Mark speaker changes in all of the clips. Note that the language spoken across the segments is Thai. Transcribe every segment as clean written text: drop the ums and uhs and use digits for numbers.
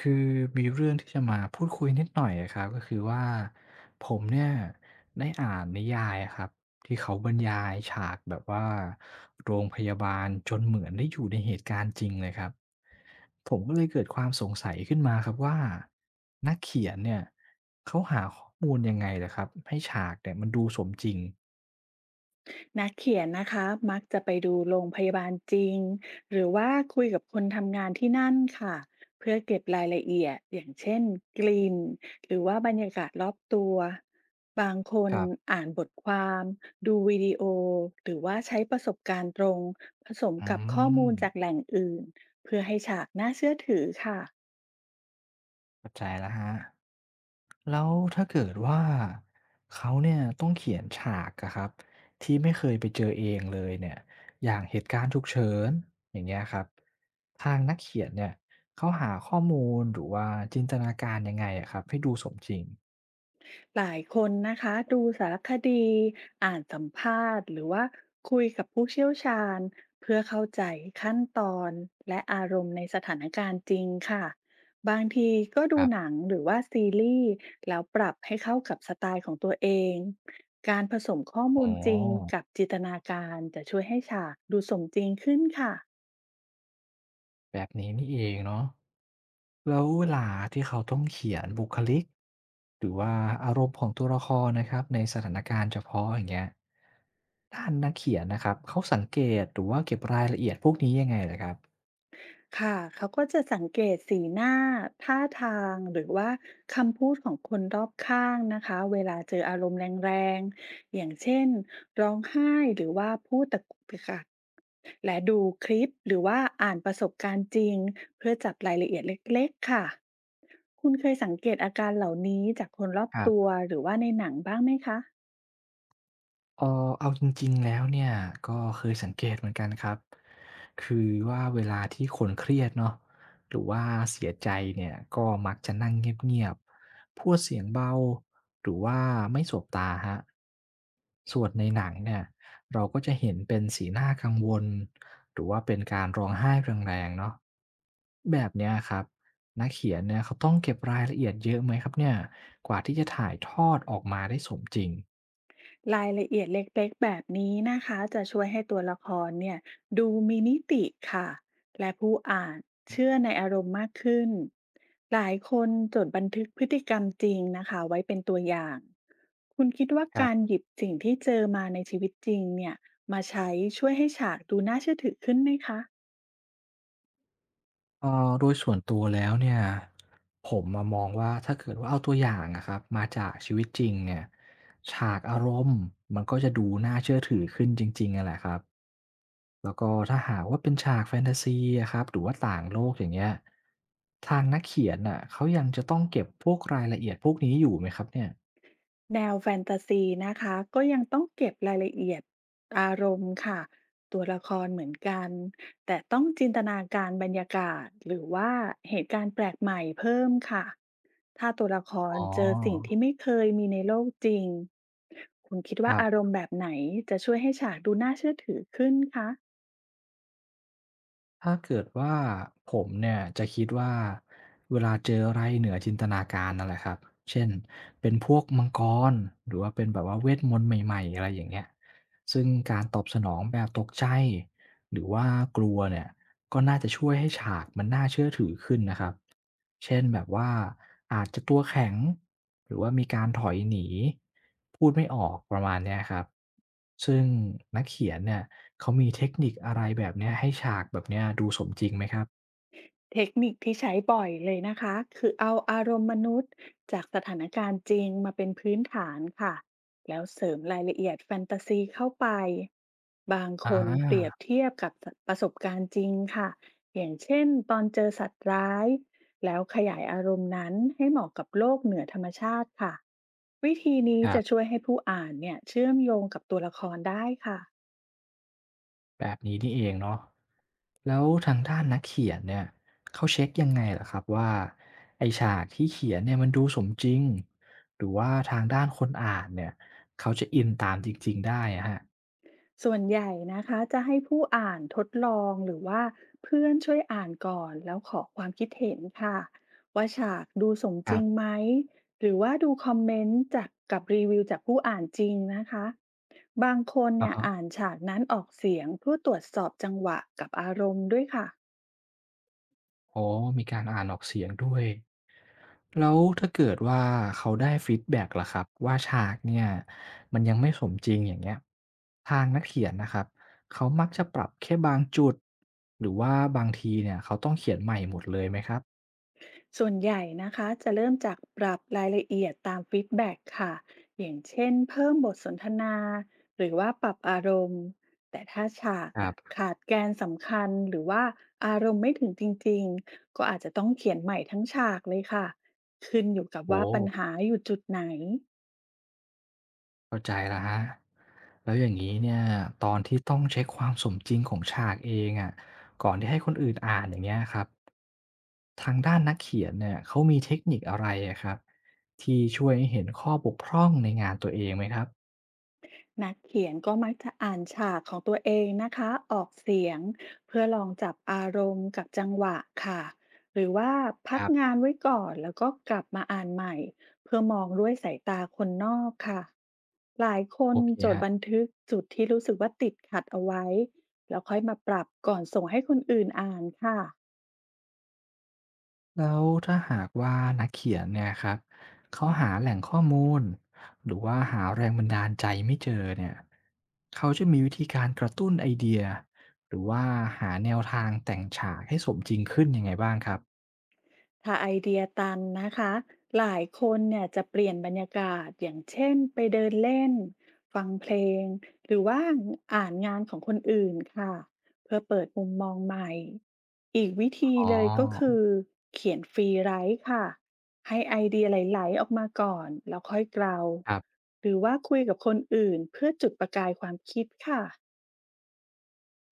Speaker 1: คือมีเรื่องที่จะมาพูดคุยนิดหน่อยอะครับก็คือว่าผมเนี่ยได้อ่านนิยายอะครับที่เขาบรรยายฉากแบบว่าโรงพยาบาลจนเหมือนได้อยู่ในเหตุการณ์จริงเลยครับผมก็เลยเกิดความสงสัยขึ้นมาครับว่านักเขียนเนี่ยเขาหาข้อมูลยังไงล่ะครับให้ฉากเนี่ยมันดูสมจริง
Speaker 2: นักเขียนนะคะมักจะไปดูโรงพยาบาลจริงหรือว่าคุยกับคนทำงานที่นั่นค่ะเพื่อเก็บรายละเอียดอย่างเช่นกลิ่นหรือว่าบรรยากาศรอบตัวบางคน
Speaker 1: ครับ
Speaker 2: อ่านบทความดูวิดีโอหรือว่าใช้ประสบการณ์ตรงผสม
Speaker 1: อื
Speaker 2: กับข้อมู
Speaker 1: ม
Speaker 2: ลจากแหล่งอื่นเพื่อให้ฉากน่าเชื่อถือค่ะ
Speaker 1: เข้าใจแล้วฮะ แล้วถ้าเกิดว่าเขาเนี่ยต้องเขียนฉากอะครับที่ไม่เคยไปเจอเองเลยเนี่ยอย่างเหตุการณ์ฉุกเฉินอย่างเงี้ยครับทางนักเขียนเนี่ยเขาหาข้อมูลหรือว่าจินตนาการยังไงอะครับให้ดูสมจริง
Speaker 2: หลายคนนะคะดูสารคดีอ่านสัมภาษณ์หรือว่าคุยกับผู้เชี่ยวชาญเพื่อเข้าใจขั้นตอนและอารมณ์ในสถานการณ์จริงค่ะบางทีก็
Speaker 1: ค
Speaker 2: ดู
Speaker 1: รั
Speaker 2: หนั
Speaker 1: บ
Speaker 2: งหรือว่าซีรีส์แล้วปรับให้เข้ากับสไตล์ของตัวเองการผสมข้อ
Speaker 1: อ๋
Speaker 2: มู
Speaker 1: อ
Speaker 2: ลจริงกับจินตนาการจะช่วยให้ฉากดูสมจริงขึ้นค่ะ
Speaker 1: แบบนี้นี่เองเนาะแล้วเวลาที่เขาต้องเขียนบุคลิกหรือว่าอารมณ์ของตัวละครนะครับในสถานการณ์เฉพาะอย่างเงี้ยด้านนักเขียนนะครับเขาสังเกตหรือว่าเก็บรายละเอียดพวกนี้ยังไงเหรครับ
Speaker 2: ค่ะเขาก็จะสังเกตสีหน้าท่าทางหรือว่าคำพูดของคนรอบข้างนะคะเวลาเจออารมณ์แรงๆอย่างเช่นร้องไห้หรือว่าพูดตะกุกตะกักและดูคลิปหรือว่าอ่านประสบการณ์จริงเพื่อจับรายละเอียดเล็กๆค่ะคุณเคยสังเกตอาการเหล่านี้จากคนรอบตัวหรือว่าในหนังบ้างไหมคะ
Speaker 1: เออเอาจริงๆแล้วเนี่ยก็เคยสังเกตเหมือนกันครับคือว่าเวลาที่คนเครียดเนาะหรือว่าเสียใจเนี่ยก็มักจะนั่งเงียบๆพูดเสียงเบาหรือว่าไม่สบตาฮะบส่วนในหนังเนี่ยเราก็จะเห็นเป็นสีหน้ากังวลหรือว่าเป็นการร้องไห้แรงๆเนาะแบบเนี้ยครับนักเขียนเนี่ยเขาต้องเก็บรายละเอียดเยอะไหมครับเนี่ยกว่าที่จะถ่ายทอดออกมาได้สมจริง
Speaker 2: รายละเอียดเล็กๆแบบนี้นะคะจะช่วยให้ตัวละครเนี่ยดูมีนิติค่ะและผู้อ่านเชื่อในอารมณ์มากขึ้นหลายคนจดบันทึกพฤติกรรมจริงนะคะไว้เป็นตัวอย่างคุณคิดว่า
Speaker 1: ครั
Speaker 2: การ
Speaker 1: บ
Speaker 2: หยิบสิ่งที่เจอมาในชีวิตจริงเนี่ยมาใช้ช่วยให้ฉากดูน่าเชื่อถือขึ้นไหมคะ
Speaker 1: โดยส่วนตัวแล้วเนี่ยผมอะมองว่าถ้าเกิดว่าเอาตัวอย่างอะครับมาจากชีวิตจริงเนี่ยฉากอารมณ์มันก็จะดูน่าเชื่อถือขึ้นจริงๆอะแหละครับแล้วก็ถ้าหากว่าเป็นฉากแฟนทาซีอะครับหรือว่าต่างโลกอย่างเงี้ยทางนักเขียนน่ะเขายังจะต้องเก็บพวกรายละเอียดพวกนี้อยู่ไหมครับเนี่ย
Speaker 2: แนวแฟนตาซีนะคะก็ยังต้องเก็บรายละเอียดอารมณ์ค่ะตัวละครเหมือนกันแต่ต้องจินตนาการบรรยากาศหรือว่าเหตุการณ์แปลกใหม่เพิ่มค่ะถ้าตัวละค
Speaker 1: อ๋
Speaker 2: รเจอสิ่ง
Speaker 1: อ
Speaker 2: ที่ไม่เคยมีในโลกจริงคุณคิด
Speaker 1: ค
Speaker 2: ว่า
Speaker 1: รั
Speaker 2: อารม
Speaker 1: บ
Speaker 2: ณ์แบบไหนจะช่วยให้ฉากดูน่าเชื่อถือขึ้นคะ
Speaker 1: ถ้าเกิดว่าผมเนี่ยจะคิดว่าเวลาเจออะไรเหนือจินตนาการนั่นแหละครับ เช่นเป็นพวกมังกรหรือว่าเป็นแบบว่าเวทมนต์ใหม่ๆอะไรอย่างเงี้ยซึ่งการตอบสนองแบบตกใจหรือว่ากลัวเนี่ยก็น่าจะช่วยให้ฉากมันน่าเชื่อถือขึ้นนะครับ เช่นแบบว่าอาจจะตัวแข็งหรือว่ามีการถอยหนีพูดไม่ออกประมาณเนี้ยครับซึ่งนักเขียนเนี่ยเขามีเทคนิคอะไรแบบเนี้ยให้ฉากแบบเนี้ยดูสมจริงไหมครับ
Speaker 2: เทคนิคที่ใช้บ่อยเลยนะคะคือเอาอารมณ์มนุษย์จากสถานการณ์จริงมาเป็นพื้นฐานค่ะแล้วเสริมรายละเอียดแฟนตาซีเข้าไปบางค
Speaker 1: อา
Speaker 2: นเปรียบเทียบกับประสบการณ์จริงค่ะอย่างเช่นตอนเจอสัตว์ร้ายแล้วขยายอารมณ์นั้นให้เหมาะกับโลกเหนือธรรมชาติค่ะวิธีนี้
Speaker 1: ครั
Speaker 2: จะช่
Speaker 1: บ
Speaker 2: วยให้ผู้อ่านเนี่ยเชื่อมโยงกับตัวละครได้ค่ะ
Speaker 1: แบบนี้นี่เองเนาะแล้วทางด้านนักเขียนเนี่ยเขาเช็กยังไงเหรอครับว่าไอ้ฉากที่เขียนเนี่ยมันดูสมจริงหรือว่าทางด้านคนอ่านเนี่ยเขาจะอินตามจริงๆได้อะครับ
Speaker 2: ส่วนใหญ่นะคะจะให้ผู้อ่านทดลองหรือว่าเพื่อนช่วยอ่านก่อนแล้วขอความคิดเห็นค่ะว่าฉากดูสม
Speaker 1: ค
Speaker 2: จ
Speaker 1: รั
Speaker 2: ริ
Speaker 1: บ
Speaker 2: งไหมหรือว่าดูคอมเมนต์จากกับรีวิวจากผู้อ่านจริงนะคะบางคน
Speaker 1: อะ
Speaker 2: เนี่ย
Speaker 1: ฮะ
Speaker 2: อ่านฉากนั้นออกเสียงเพื่อตรวจสอบจังหวะกับอารมณ์ด้วยค่ะ
Speaker 1: อ๋อมีการอ่านออกเสียงด้วยแล้วถ้าเกิดว่าเขาได้ฟีดแบ็กล่ะครับว่าฉากเนี่ยมันยังไม่สมจริงอย่างเงี้ยทางนักเขียนนะครับเขามักจะปรับแค่บางจุดหรือว่าบางทีเนี่ยเขาต้องเขียนใหม่หมดเลยไหมครับ
Speaker 2: ส่วนใหญ่นะคะจะเริ่มจากปรับรายละเอียดตามฟีดแบ็กค่ะอย่างเช่นเพิ่มบทสนทนาหรือว่าปรับอารมณ์แต่ถ้าฉาก
Speaker 1: ครั
Speaker 2: อะ
Speaker 1: บ
Speaker 2: ขาดแกนสำคัญหรือว่าอารมณ์ไม่ถึงจริงๆก็อาจจะต้องเขียนใหม่ทั้งฉากเลยค่ะขึ้นอยู่กับ
Speaker 1: โอ้
Speaker 2: ว่าปัญหาอยู่จุดไหน
Speaker 1: เข้าใจแล้วคแล้วอย่างนี้เนี่ยตอนที่ต้องเช็คความสมจริงของฉากเองอะก่อนที่ให้คนอื่นอ่านอย่างเงี้ยครับ ทางด้านนักเขียนเนี่ยเขามีเทคนิคอะไรอะครับที่ช่วยให้เห็นข้อบกพร่องในงานตัวเองไหมครับ
Speaker 2: นักเขียนก็มักจะอ่านฉากของตัวเองนะคะออกเสียงเพื่อลองจับอารมณ์กับจังหวะค่ะหรือว่า
Speaker 1: ค
Speaker 2: พัก
Speaker 1: รับ
Speaker 2: งานไว้ก่อนแล้วก็กลับมาอ่านใหม่เพื่อมองด้วยสายตาคนนอกค่ะหลายค
Speaker 1: โอ
Speaker 2: น
Speaker 1: เค
Speaker 2: จ
Speaker 1: ค
Speaker 2: ด
Speaker 1: รั
Speaker 2: บัน
Speaker 1: บ
Speaker 2: ทึกจุดที่รู้สึกว่าติดขัดเอาไว้แล้วค่อยมาปรับก่อนส่งให้คนอื่นอ่านค่ะ
Speaker 1: แล้วถ้าหากว่านักเขียนเนี่ยครับเขาหาแหล่งข้อมูลหรือว่าหาแรงบันดาลใจไม่เจอเนี่ยเขาจะมีวิธีการกระตุ้นไอเดียหรือว่าหาแนวทางแต่งฉากให้สมจริงขึ้นยังไงบ้างครับ
Speaker 2: ถ้าไอเดียตันนะคะหลายคนเนี่ยจะเปลี่ยนบรรยากาศอย่างเช่นไปเดินเล่นฟังเพลงหรือว่าอ่านงานของคนอื่นค่ะเพื่อเปิดมุมมองใหม่อีกวิธี
Speaker 1: อ๋
Speaker 2: เลยก็คื
Speaker 1: อ
Speaker 2: อเขียนฟรีไรต์ค่ะให้ไอเดียไหลๆออกมาก่อนแล้วค่อยเกลา
Speaker 1: ครับ
Speaker 2: หรือว่าคุยกับคนอื่นเพื่อจุดประกายความคิดค่ะ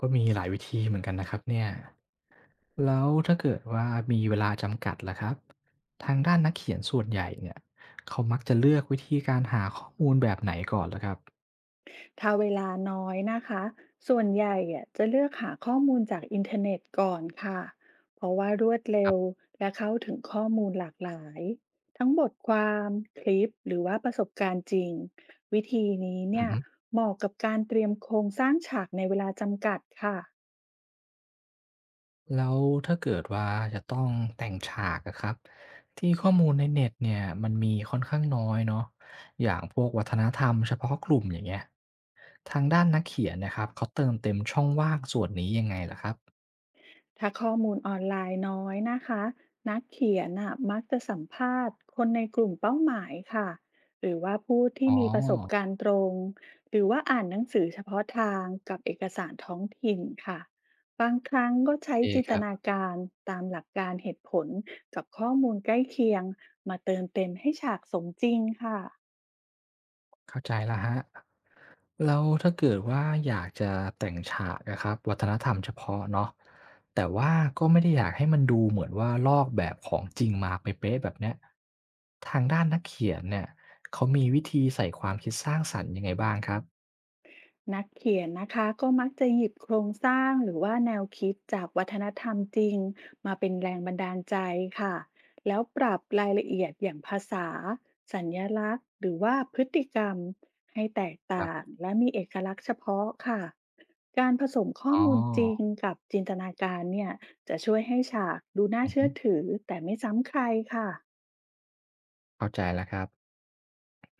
Speaker 1: ก็มีหลายวิธีเหมือนกันนะครับเนี่ยแล้วถ้าเกิดว่ามีเวลาจำกัดล่ะครับทางด้านนักเขียนส่วนใหญ่เนี่ยเขามักจะเลือกวิธีการหาข้อมูลแบบไหนก่อนล่ะครับ
Speaker 2: ถ้าเวลาน้อยนะคะ ส่วนใหญ่อะจะเลือกหาข้อมูลจากอินเทอร์เน็ตก่อนค่ะ เพราะว่ารวด
Speaker 1: ค
Speaker 2: เร็
Speaker 1: รั
Speaker 2: ว
Speaker 1: บ
Speaker 2: และเข้าถึงข้อมูลหลากหลาย ทั้งบทความคลิปหรือว่าประสบการณ์จริง วิธีนี้
Speaker 1: อือ
Speaker 2: เนี่ย
Speaker 1: ฮึ
Speaker 2: เหมาะกับการเตรียมโครงสร้างฉากในเวลาจำกัดค่ะ
Speaker 1: แล้วถ้าเกิดว่าจะต้องแต่งฉากอะครับที่ข้อมูลในเน็ตเนี่ยมันมีค่อนข้างน้อยเนาะอย่างพวกวัฒนธรรมเฉพาะกลุ่มอย่างเงี้ยทางด้านนักเขียนนะครับเขาเติมเต็มช่องว่างส่วนนี้ยังไงล่ะครับ
Speaker 2: ถ้าข้อมูลออนไลน์น้อยนะคะนักเขียนน่ะมักจะสัมภาษณ์คนในกลุ่มเป้าหมายค่ะหรือว่าผู้
Speaker 1: อ๋
Speaker 2: ที่มีประสบกา
Speaker 1: อ
Speaker 2: รณ์ตรงหรือว่าอ่านหนังสือเฉพาะทางกับเอกสารท้องถิ่นค่ะบางครั้งก็
Speaker 1: โอ
Speaker 2: ใช้
Speaker 1: เค
Speaker 2: จิน
Speaker 1: ค
Speaker 2: ต
Speaker 1: รั
Speaker 2: นา
Speaker 1: บ
Speaker 2: การตามหลักการเหตุผลกับข้อมูลใกล้เคียงมาเติมเต็มให้ฉากสมจริงค่ะ
Speaker 1: เข้าใจแล้วฮะเรแล้วถ้าเกิดว่าอยากจะแต่งฉากนะครับวัฒนธรรมเฉพาะเนาะแต่ว่าก็ไม่ได้อยากให้มันดูเหมือนว่าลอกแบบของจริงมาเป๊ะๆแบบเนี้ยทางด้านนักเขียนเนี่ยเขามีวิธีใส่ความคิดสร้างสรรค์ยังไงบ้างครับ
Speaker 2: นักเขียนนะคะก็มักจะหยิบโครงสร้างหรือว่าแนวคิดจากวัฒนธรรมจริงมาเป็นแรงบันดาลใจค่ะแล้วปรับรายละเอียดอย่างภาษาสัญลักษณ์หรือว่าพฤติกรรมให้แตก
Speaker 1: ครั
Speaker 2: ต่าง
Speaker 1: บ
Speaker 2: และมีเอกลักษณ์เฉพาะค่ะการผสมข้อ
Speaker 1: อ๋
Speaker 2: มูลจริง
Speaker 1: อ
Speaker 2: กับจินตนาการเนี่ยจะช่วยให้ฉากดูน่า
Speaker 1: อือฮึ
Speaker 2: เชื่อถือแต่ไม่ซ้ำใครค่ะ
Speaker 1: เข้าใจแล้วครับ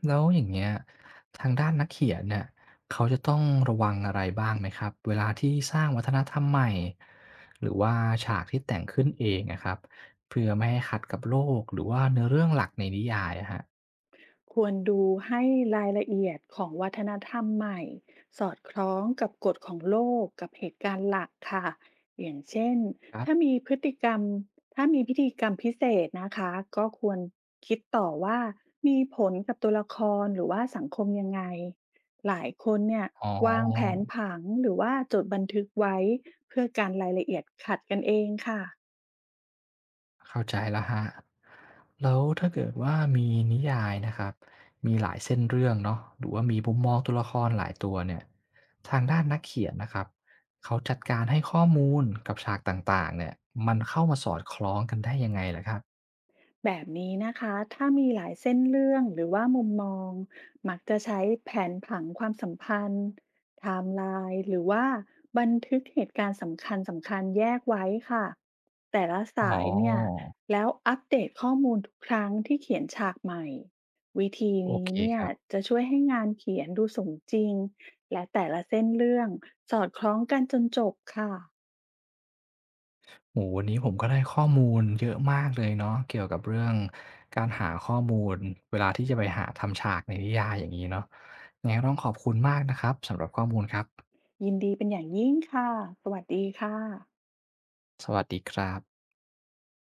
Speaker 1: แล้วอย่างเงี้ยทางด้านนักเขียนเนี่ยเขาจะต้องระวังอะไรบ้างไหมครับเวลาที่สร้างวัฒนธรรมใหม่หรือว่าฉากที่แต่งขึ้นเองนะครับเพื่อไม่ให้ขัดกับโลกหรือว่าเนื้อเรื่องหลักในนิยายอะครับ
Speaker 2: ควรดูให้รายละเอียดของวัฒนธรรมใหม่สอดคล้องกับกฎของโลกกับเหตุการณ์หลักค่ะอย่างเช่น
Speaker 1: ครั
Speaker 2: ถ้า
Speaker 1: บ
Speaker 2: มีพฤติกรรมถ้ามีพิธีกรรมพิเศษนะคะก็ควรคิดต่อว่ามีผลกับตัวละครหรือว่าสังคมยังไงหลายคนเนี่ย
Speaker 1: อ๋อ
Speaker 2: วางแผนผังหรือว่าจดบันทึกไว้เพื่อการรายละเอียดขัดกันเองค่ะ
Speaker 1: เข้าใจแล้วฮะัแล้วถ้าเกิดว่ามีนิยายนะครับมีหลายเส้นเรื่องเนาะหรือว่ามีมุมมองตัวละครหลายตัวเนี่ยทางด้านนักเขียนนะครับเขาจัดการให้ข้อมูลกับฉากต่างๆเนี่ยมันเข้ามาสอดคล้องกันได้ยังไงล่ะครับ
Speaker 2: แบบนี้นะคะถ้ามีหลายเส้นเรื่องหรือว่ามุมมองมักจะใช้แผนผังความสัมพันธ์ไทม์ไลน์หรือว่าบันทึกเหตุการณ์สำคัญแยกไว้ค่ะแต่ละ
Speaker 1: อ๋อ
Speaker 2: สายเนี่ยแล้วอัปเดตข้อมูลทุกครั้งที่เขียนฉากใหม่วิธี
Speaker 1: โอ
Speaker 2: นี้
Speaker 1: เค
Speaker 2: เนี่
Speaker 1: ค
Speaker 2: ย
Speaker 1: รับ
Speaker 2: จะช่วยให้งานเขียนดูสมจริงและแต่ละเส้นเรื่องสอดคล้องกันจนจบค่ะ
Speaker 1: โหวันนี้ผมก็ได้ข้อมูลเยอะมากเลยเนาะเกี่ยวกับเรื่องการหาข้อมูลเวลาที่จะไปหาทำฉากในนิยายอย่างนี้เนาะยังไงก็ต้องขอบคุณมากนะครับสำหรับข้อมูลครับ
Speaker 2: ยินดีเป็นอย่างยิ่งค่ะสวัสดีค่ะ
Speaker 1: สวัสดีครับ